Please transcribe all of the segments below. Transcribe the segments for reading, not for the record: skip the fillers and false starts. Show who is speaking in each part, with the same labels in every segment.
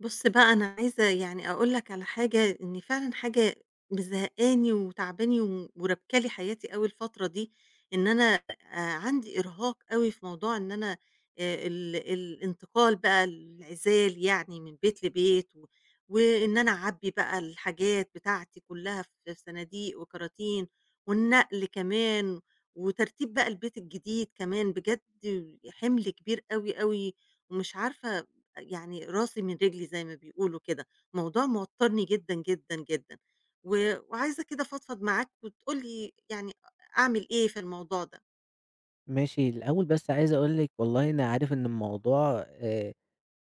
Speaker 1: بُص بقى أنا عايزة يعني أقول لك على حاجة، إن فعلًا حاجة مزهقاني وتاعباني ورابكة لي حياتي أوي الفترة دي، إن أنا عندي إرهاق أوي في موضوع إن أنا ال الانتقال بقى العِزال يعني من بيت لبيت، وإن أنا أعبّي بقى الحاجات بتاعتي كلّها في صناديق وكراتين، والنقل كمان، وترتيب بقى البيت الجديد كمان، بجد حِمل كبير أوي، أوي. ومش عارفة يعني راسي من رجلي زي ما بيقولوا كده، موضوع موتّرني جدًا، جدًا، جدًا، وعايزة كده أفضفض معاك وتقول لي يعني أعمل إيه في الموضوع ده؟
Speaker 2: ماشي، الأول بس عايز أقول لِك والله أنا عارف إن الموضوع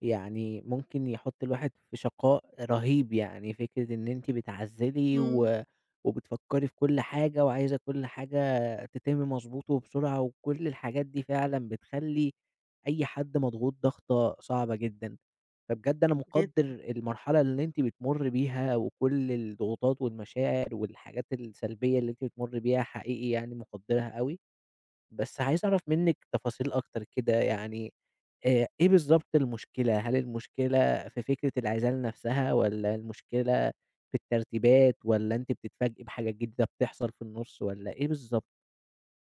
Speaker 2: يعني ممكن يحُط الواحد في شقاء رهيب، يعني فكرة إن أنتِ بتعزّلي
Speaker 1: إمم،
Speaker 2: و وبتفكّري في كل حاجة وعايزة كل حاجة تتم مضبوط وبسرعة، وكل الحاجات دي فعلًا بتخلّي أي حد مضغوط ضغطة صعبة جدًا، فبجد أنا مُقدّر
Speaker 1: جدًا.
Speaker 2: المرحلة اللي أنتِ بتمُرّي بيها وكل الضغوطات والمشاعر والحاجات السلبية اللي أنتِ بتمُرّي بيها حقيقي يعني مُقدّرها أوي. بس عايز أعرف منِّك تفاصيل أكتر كده، يعني إيه بالضبط المشكلة؟ هل المشكلة في فكرة العزال نَفْسها والّا المشكلة في الترتيبات والّا أنتِ بتتفاجئي بحاجة جديدة بتحصل في النُص والّا إيه بالضبط؟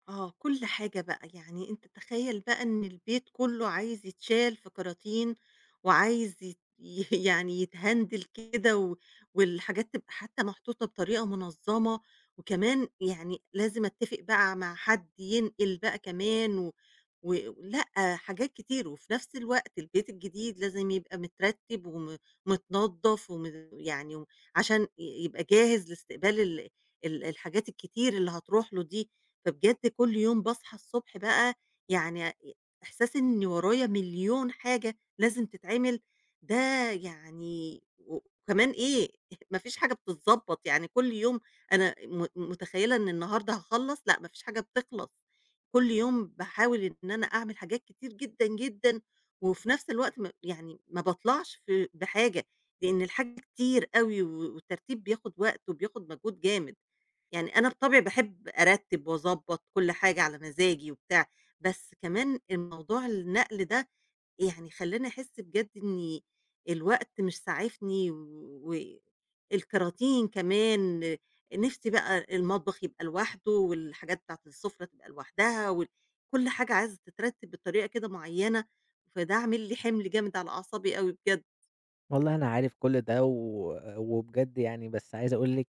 Speaker 1: آه، كل حاجة بقى، يعني أنت تخيّل بقى إن البيت كُلّه عايز يتشال في كراتين وعايز يعني يتهندل كده، و والحاجات تبقى حتى محطوطة بطريقة منظّمة، وكمان يعني لازم أتّفق بقى مع حد ينقل بقى كمان و و لأ، حاجات كتير، وفي نفس الوقت البيت الجديد لازم يبقى مترتّب وم متنضّف يعني عشان يبقى جاهز لاستقبال ال ال الحاجات الكتير اللي هتروح له دي، فبجد كل يوم باصحى الصبح بقى يعني إحساس إن ورايا مليون حاجة لازم تتعمل، ده يعني. وكمان إيه ما فيش حاجة بتتضبّط، يعني كل يوم أنا متخيلة إن النهارده هاخلّص، لأ ما فيش حاجة بتخلص، كل يوم باحاول إن أنا أعمل حاجات كتير جدًا، جدًا، وفي نفس الوقت يعني ما باطلعش بحاجة، لإن الحاجة كتير أوي، والترتيب بياخد وقت وبياخد مجهود جامد. يعني أنا بطبعي باحب أرتّب وأضبّط كل حاجة على مزاجي وبتاع، بس كمان الموضوع النقل ده يعني خلّاني أحس بجد إني الوقت مش ساعفني و الكراتين كمان، نِفْسي بقى المطبخ يبقى لوحده والحاجات بتاعة السُفرة تبقى لوحدها وال كل حاجة عايزة تترتّب بطريقة كده معيّنة، فده عامل لي حِمل جامد على أعصابي أوي بجد،
Speaker 2: والله أنا عارف كل ده و وبجد يعني، بس عايز أقول لِك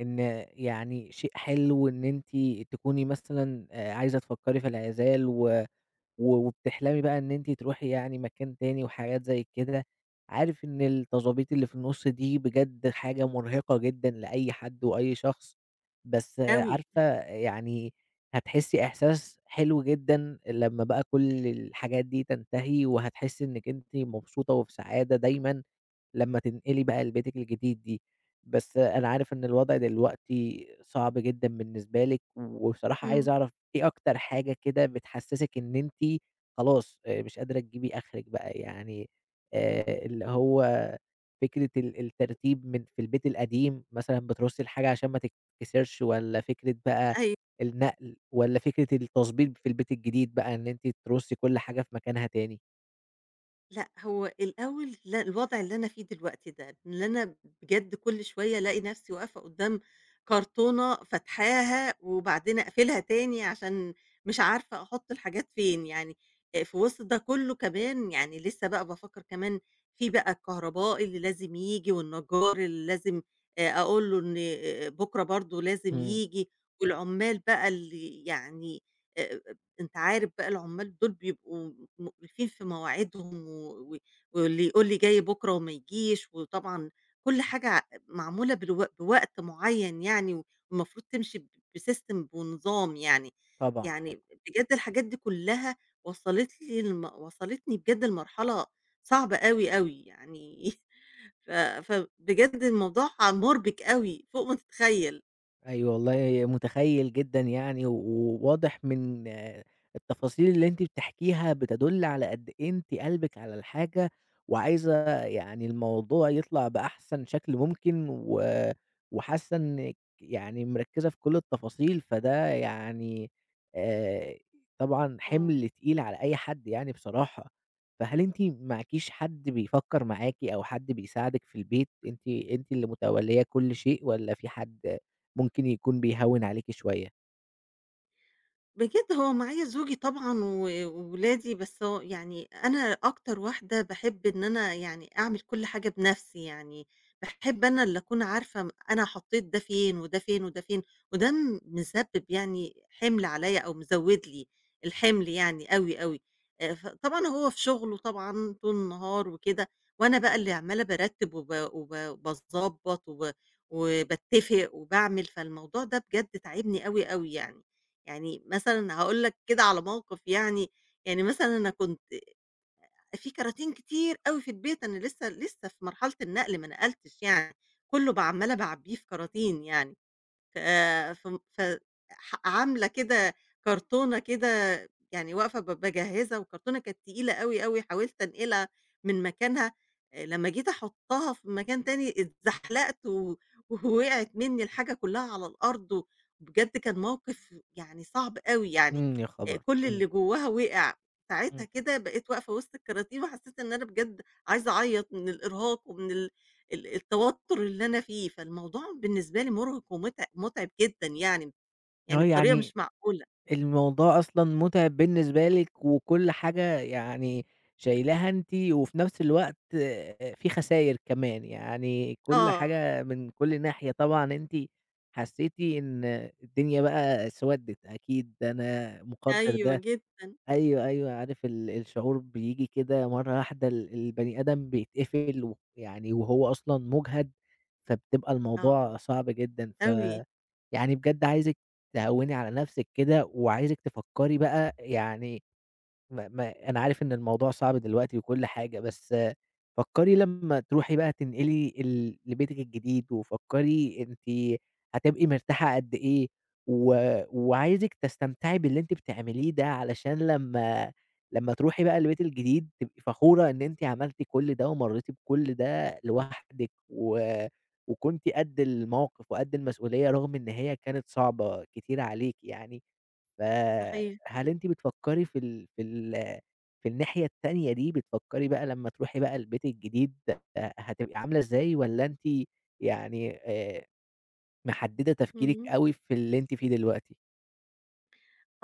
Speaker 2: إن يعني شيء حلو إن أنتِ تكوني مثلًا عايزة تفكّري في العزال و و وبتحلمي بقى إن أنتِ تروحي يعني مكان تاني وحاجات زي كده. عارف إن التظابيط اللي في النُص دي بجد حاجة مرهقة جدًا لأي حد وأي شخص، بس
Speaker 1: أوي.
Speaker 2: عارفة يعني هتحسّي إحساس حلو جدًا لمّا بقى كل الحاجات دي تنتهي، وهتحسّي إنِّك أنتِ مبسوطة وفي سعادة دايمًا، لمّا تنقلي بقى لبيتِك الجديد دي. بس أنا عارف إن الوضع دلوقتي صعب جدًا بالنسبة لِك، وبصراحة عايز
Speaker 1: إمم.
Speaker 2: أعرف إيه أكتر حاجة كده بتحسسِك إن أنتِ خلاص مش قادرة تجيبي آخرِك بقى، يعني اللي هو فكرة الترتيب من في البيت القديم مثلًا بترصي الحاجة عشان ما تتكسرش، والّا فكرة بقى
Speaker 1: أيوه.
Speaker 2: النقل، والّا فكرة التظبيط في البيت الجديد بقى إن أنتِ ترصي كل حاجة في مكانها تاني؟
Speaker 1: لأ، هو الأول لأ، الوضع اللي أنا فيه دلوقتي ده، إن أنا بجد كل شوية ألاقي نفسي واقفة قدّام كرتونة فاتحاها وبعدين أقفلها تاني عشان مش عارفة أحُط الحاجات فين، يعني في وسط ده كُلّه كمان يعني لسه بقى بافكّر كمان في بقى الكهربائي اللي لازم ييجي والنجّار اللي لازم أقول له إن بُكرة برضه لازم
Speaker 2: إمم،
Speaker 1: ييجي، والعُمّال بقى اللي يعني، آآ أنت عارف بقى العمال دول بيبقوا مُخلفين في مواعيدهم، و و واللي يقول لي جاي بُكرة وما يجيش، وطبعًا كل حاجة معمولة بالو بوقت معيّن يعني، والمفروض تمشي ب بsystem بنظام يعني.
Speaker 2: طبعًا، طبعًا.
Speaker 1: يعني بجد الحاجات دي كلّها وصّلت لي لم وصّلتني بجد لمرحلة صعبة أوي، أوي يعني ف فبجد الموضوع مُربِك أوي فوق ما تتخيّل.
Speaker 2: أيوه والله متخيّل جدًا يعني، و- وواضح من التفاصيل اللي أنتِ بتحكيها بتدل على قد إيه أنتِ قلبِك على الحاجة، وعايزة يعني الموضوع يطلع بأحسن شكل ممكن، و وحاسة إنِّك يعني مركّزة في كل التفاصيل، فده يعني آآ، طبعًا
Speaker 1: آه.
Speaker 2: حِمل تقيل على أي حد يعني بصراحة. فهل أنتِ معاكيش حد بيفكّر معاكِ أو حد بيساعدِك في البيت، أنتِ اللي متولية كل شيء والّا في حد ممكن يكون بيهوّن عليكِ شوية؟
Speaker 1: بجد هو معايا زوجي طبعًا و وولادي، بس هو يعني أنا أكتر واحدة باحب إن أنا يعني أعمل كل حاجة بنفسي، يعني باحب أنا اللي أكون عارفة أنا حطيت ده فين وده فين وده فين، وده مسبب يعني حِمل عليّا أو مزوّد لي الحِمل يعني أوي، أوي. فطبعًا هو في شغله طبعًا طول النهار وكده، وأنا بقى اللي عمّالة بارتّب وب وب باضبّط وباتفق وباعمل، فالموضوع ده بجد تاعبني أوي، أوي يعني. يعني مثلًا هاقول لك كده على موقف يعني، يعني مثلًا أنا كنت في كراتين كتير أوي في البيت، أنا لسه لسه في مرحلة النقل ما نقلتش يعني، كُلّه عمّالة باعبّيه في كراتين يعني. ف فم ف ح عاملة كده كرتونة كده يعني واقفة باجهّزها، والكرتونة كانت تقيلة أوي، أوي، حاولت أنقلها من مكانها، لمّا جيت أحطّها في مكان تاني اتزحلقت و ووقعت منّي الحاجة كلّها على الأرض، و بجد كان موقف يعني صعب أوي يعني.
Speaker 2: إمم، يا خبر!
Speaker 1: كل
Speaker 2: إمم،
Speaker 1: اللي جوّاها وقع، ساعتها
Speaker 2: إمم.
Speaker 1: كده بقيت واقفة وسط الكراتين وحسّيت إن أنا بجد عايزة أعيّط من الإرهاق ومن ال ال التوتر اللي أنا فيه، فالموضوع بالنسبة لي مُرهق ومُتع مُتعب جدًا يعني، يعني
Speaker 2: آه،
Speaker 1: بطريقة
Speaker 2: يعني
Speaker 1: مش معقولة.
Speaker 2: الموضوع أصلًا مُتعب بالنسبة لِك وكل حاجة يعني شايلاها أنتِ، وفي نفس الوقت في خساير كمان، يعني كل
Speaker 1: آه،
Speaker 2: حاجة من كل ناحية طبعًا أنتِ حسّيتِ إن الدنيا بقى سوَدِّت أكيد، أنا مُقدّر
Speaker 1: أيوه
Speaker 2: ده.
Speaker 1: جدًا،
Speaker 2: أيوه، أيوه، عارف الشعور بييجي كده مرّة واحدة، البني آدم بيتقفل يعني، وهو أصلًا مُجهد، فبتبقى
Speaker 1: آه،
Speaker 2: الموضوع صعب جدًا.
Speaker 1: أوي،
Speaker 2: يعني بجد عايزِك تهوّني على نَفْسِك كده، وعايزِك تفكّري بقى، يعني ما أنا عارف إن الموضوع صعب دلوقتي وكل حاجة، بس فكّري لمّا تروحي بقى تنقلي لبيتِك الجديد، وفكّري أنتِ هتبقي مرتاحة قد إيه، و وعايزِك تستمتعي باللي أنتِ بتعمليه ده، علشان لمّا تروحي بقى البيت الجديد تبقي فخورة إن أنتِ عملتِ كل ده ومرّيتِ بكل ده لوحدِك، و وكنتِ قد الموقف وقد المسؤولية رغم إن هي كانت صعبة كتير عليكِ يعني.
Speaker 1: صحيح،
Speaker 2: فهل أنتِ بتفكّري في الناحية التانية دي؟ بتفكّري بقى لمّا تروحي بقى البيت الجديد هتبقي عاملة إزاي، والّا أنتِ يعني محدّدة تفكيرِك
Speaker 1: إمم.
Speaker 2: أوي في اللي أنتِ فيه دلوقتي؟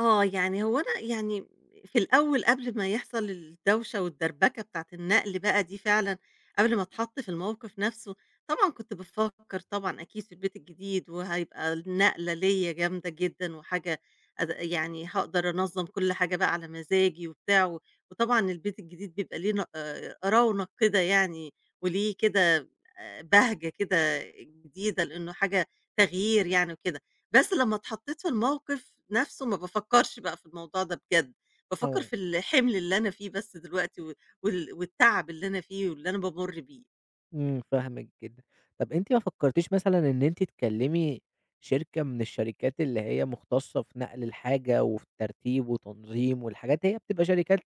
Speaker 1: آه، يعني هو أنا يعني في الأول قبل ما يحصل الدوشة والدربكة بتاعة النقل بقى دي فعلًا، قبل ما اتحط في الموقف نفسه، طبعًا كنت بافكر طبعًا أكيد في البيت الجديد، وهيبقى النقلة ليّا جامدة جدًا وحاجة أد يعني هاقدر أنظّم كل حاجة بقى على مزاجي وبتاع، و وطبعًا البيت الجديد بيبقى ليه ن رونق كده يعني، وليه كده بهجة كده جديدة لإنه حاجة تغيير يعني وكده. بس لمّا اتحطيت في الموقف نَفْسه ما بافكّرش بقى في الموضوع ده بجد، بافكّر
Speaker 2: آه،
Speaker 1: في الحِمل اللي أنا فيه بس دلوقتي و وال والتعب اللي أنا فيه واللي أنا بامُر بيه.
Speaker 2: إمم، فاهمِك جدًا. طَب أنتِ ما فكّرتيش مثلًا إن أنتِ تكلّمي شركة من الشركات اللي هي مختصة في نقل الحاجة وفي الترتيب وتنظيم، والحاجات هي بتبقى شركات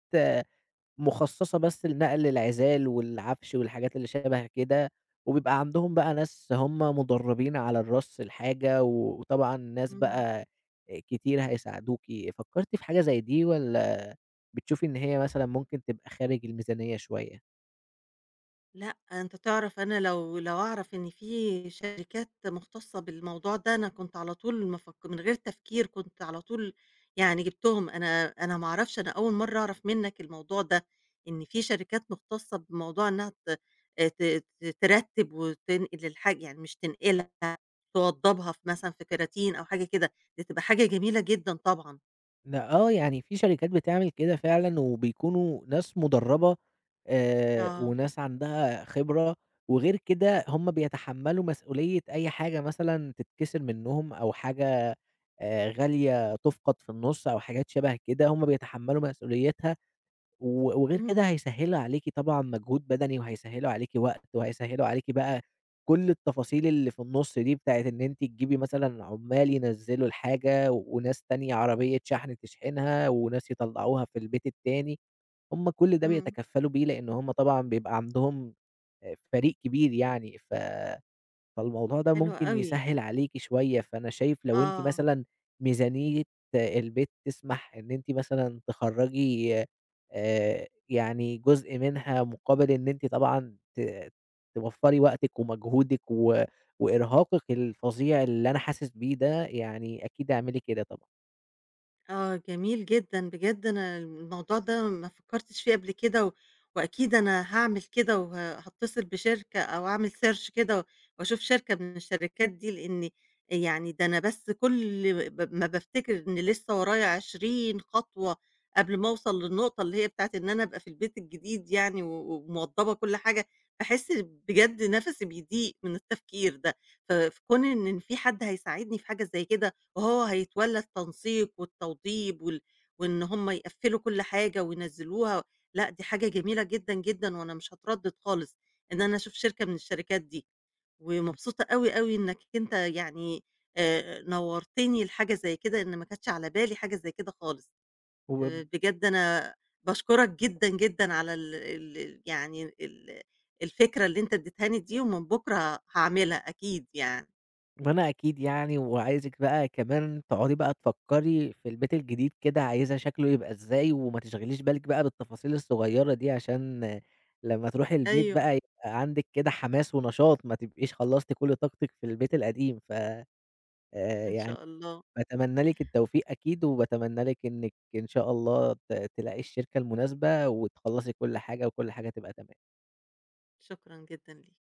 Speaker 2: مخصصة بس لنقل العِزال والعفش والحاجات اللي شَبه كده، وبيبقى عندهم بقى ناس هم مُدرّبين على الرَص الحاجة، و وطبعًا ناس
Speaker 1: إمم.
Speaker 2: بقى كتير هيساعدوكِ. فكّرتِ في حاجة زي دي والّا بتشوفي إن هي مثلًا ممكن تبقى خارج الميزانية شوية؟
Speaker 1: لأ، أنت تعرف أنا لو أعرف إن في شركات مختصة بالموضوع ده، أنا كنت على طول مفك من غير تفكير كنت على طول يعني جِبتهم، أنا ما أعرفش، أنا أول مرّة أعرف منّك الموضوع ده، إن في شركات مختصة بموضوع إنّها ت ت ت ترتّب وتنقل الحاجة يعني مش تنقلها، توضّبها مثلًا في كراتين أو حاجة كده، دي تبقى حاجة جميلة جدًا طبعًا.
Speaker 2: لأ آه، يعني في شركات بتعمل كده فعلًا، وبيكونوا ناس مُدرّبة
Speaker 1: آه،
Speaker 2: وناس عندها خبرة، وغير كده هم بيتحمّلوا مسؤولية أي حاجة مثلًا تتكسر منّهم، أو حاجة غالية تُفقد في النُص أو حاجات شَبه كده، هم بيتحمّلوا مسؤوليتها، و وغير
Speaker 1: إمم،
Speaker 2: كده هيسهّلوا عليكِ طبعًا مجهود بدني، وهيسهّلوا عليكِ وقت، وهيسهّلوا عليكِ بقى كل التفاصيل اللي في النُص دي، بتاعة إن أنتِ تجيبي مثلًا عُمّال ينزّلوا الحاجة، وناس تانية عربية شحن تشحنها، وناس يطلّعوها في البيت التاني، هم كل ده
Speaker 1: إمم،
Speaker 2: بيتكفّلوا بيه لإن هم طبعًا بيبقى عندهم فريق كبير يعني، ف فالموضوع ده
Speaker 1: حلو
Speaker 2: ممكن
Speaker 1: أوي،
Speaker 2: يسهّل عليكِ شوية. فأنا شايف لو أنتِ
Speaker 1: آه.
Speaker 2: مثلًا ميزانية البيت تسمح إن أنتِ مثلًا تخرّجي يعني جزء منها مقابل إن أنتِ طبعًا توفّري وقتِك ومجهودِك و وإرهاقِك الفظيع اللي أنا حاسس بيه ده، يعني أكيد اعملي كده طبعًا.
Speaker 1: آه، جميل جدًا، بجد أنا الموضوع ده ما فكّرتش فيه قبل كده، و وأكيد أنا هاعمل كده هاتصل بشركة أو أعمل search كده وأشوف شركة من الشركات دي، لإن يعني ده أنا بس كل ما بافتكر إن لسه ورايا 20 خطوة قبل ما أوصل للنقطة اللي هي بتاعة إن أنا أبقى في البيت الجديد يعني و وموضّبة كل حاجة، باحس بجد نَفَسي بيضيق من التفكير ده، ف فكون إن في حد هيساعدني في حاجة زي كده وهو هيتولّى التنسيق والتوضيب وال وإن هم يقفّلوا كل حاجة وينزّلوها، لأ دي حاجة جميلة جدًا، جدًا، وأنا مش هاتردد خالص إن أنا أشوف شركة من الشركات دي، ومبسوطة أوي، أوي إنك أنت يعني نوّرتني لحاجة زي كده، إن ما كانتش على بالي حاجة زي كده خالص.
Speaker 2: وب
Speaker 1: بجد أنا باشكرك جدًا، جدًا على ال ال يعني الفكرة اللي أنت ادّيتهاني دي، ومن بُكرة هاعملها أكيد يعني.
Speaker 2: ما أنا أكيد يعني، وعايزِك بقى كمان تقعدي بقى تفكّري في البيت الجديد كده عايزة شكله يبقى إزاي، وما تشغليش بالِك بقى بالتفاصيل الصغيّرة دي، عشان لمّا تروحي البيت
Speaker 1: أيوه،
Speaker 2: بقى يبقى عندِك كده حماس ونشاط، ما تبقيش خلّصتِ كل طاقتِك في البيت القديم. ف
Speaker 1: إن
Speaker 2: يعني
Speaker 1: شاء الله،
Speaker 2: باتمنى لِك التوفيق أكيد، وباتمنى لِك إنِّك إن شاء الله تلاقي الشركة المناسبة وتخلّصي كل حاجة، وكل حاجة تبقى تمام.
Speaker 1: شكرًا جدًا ليك.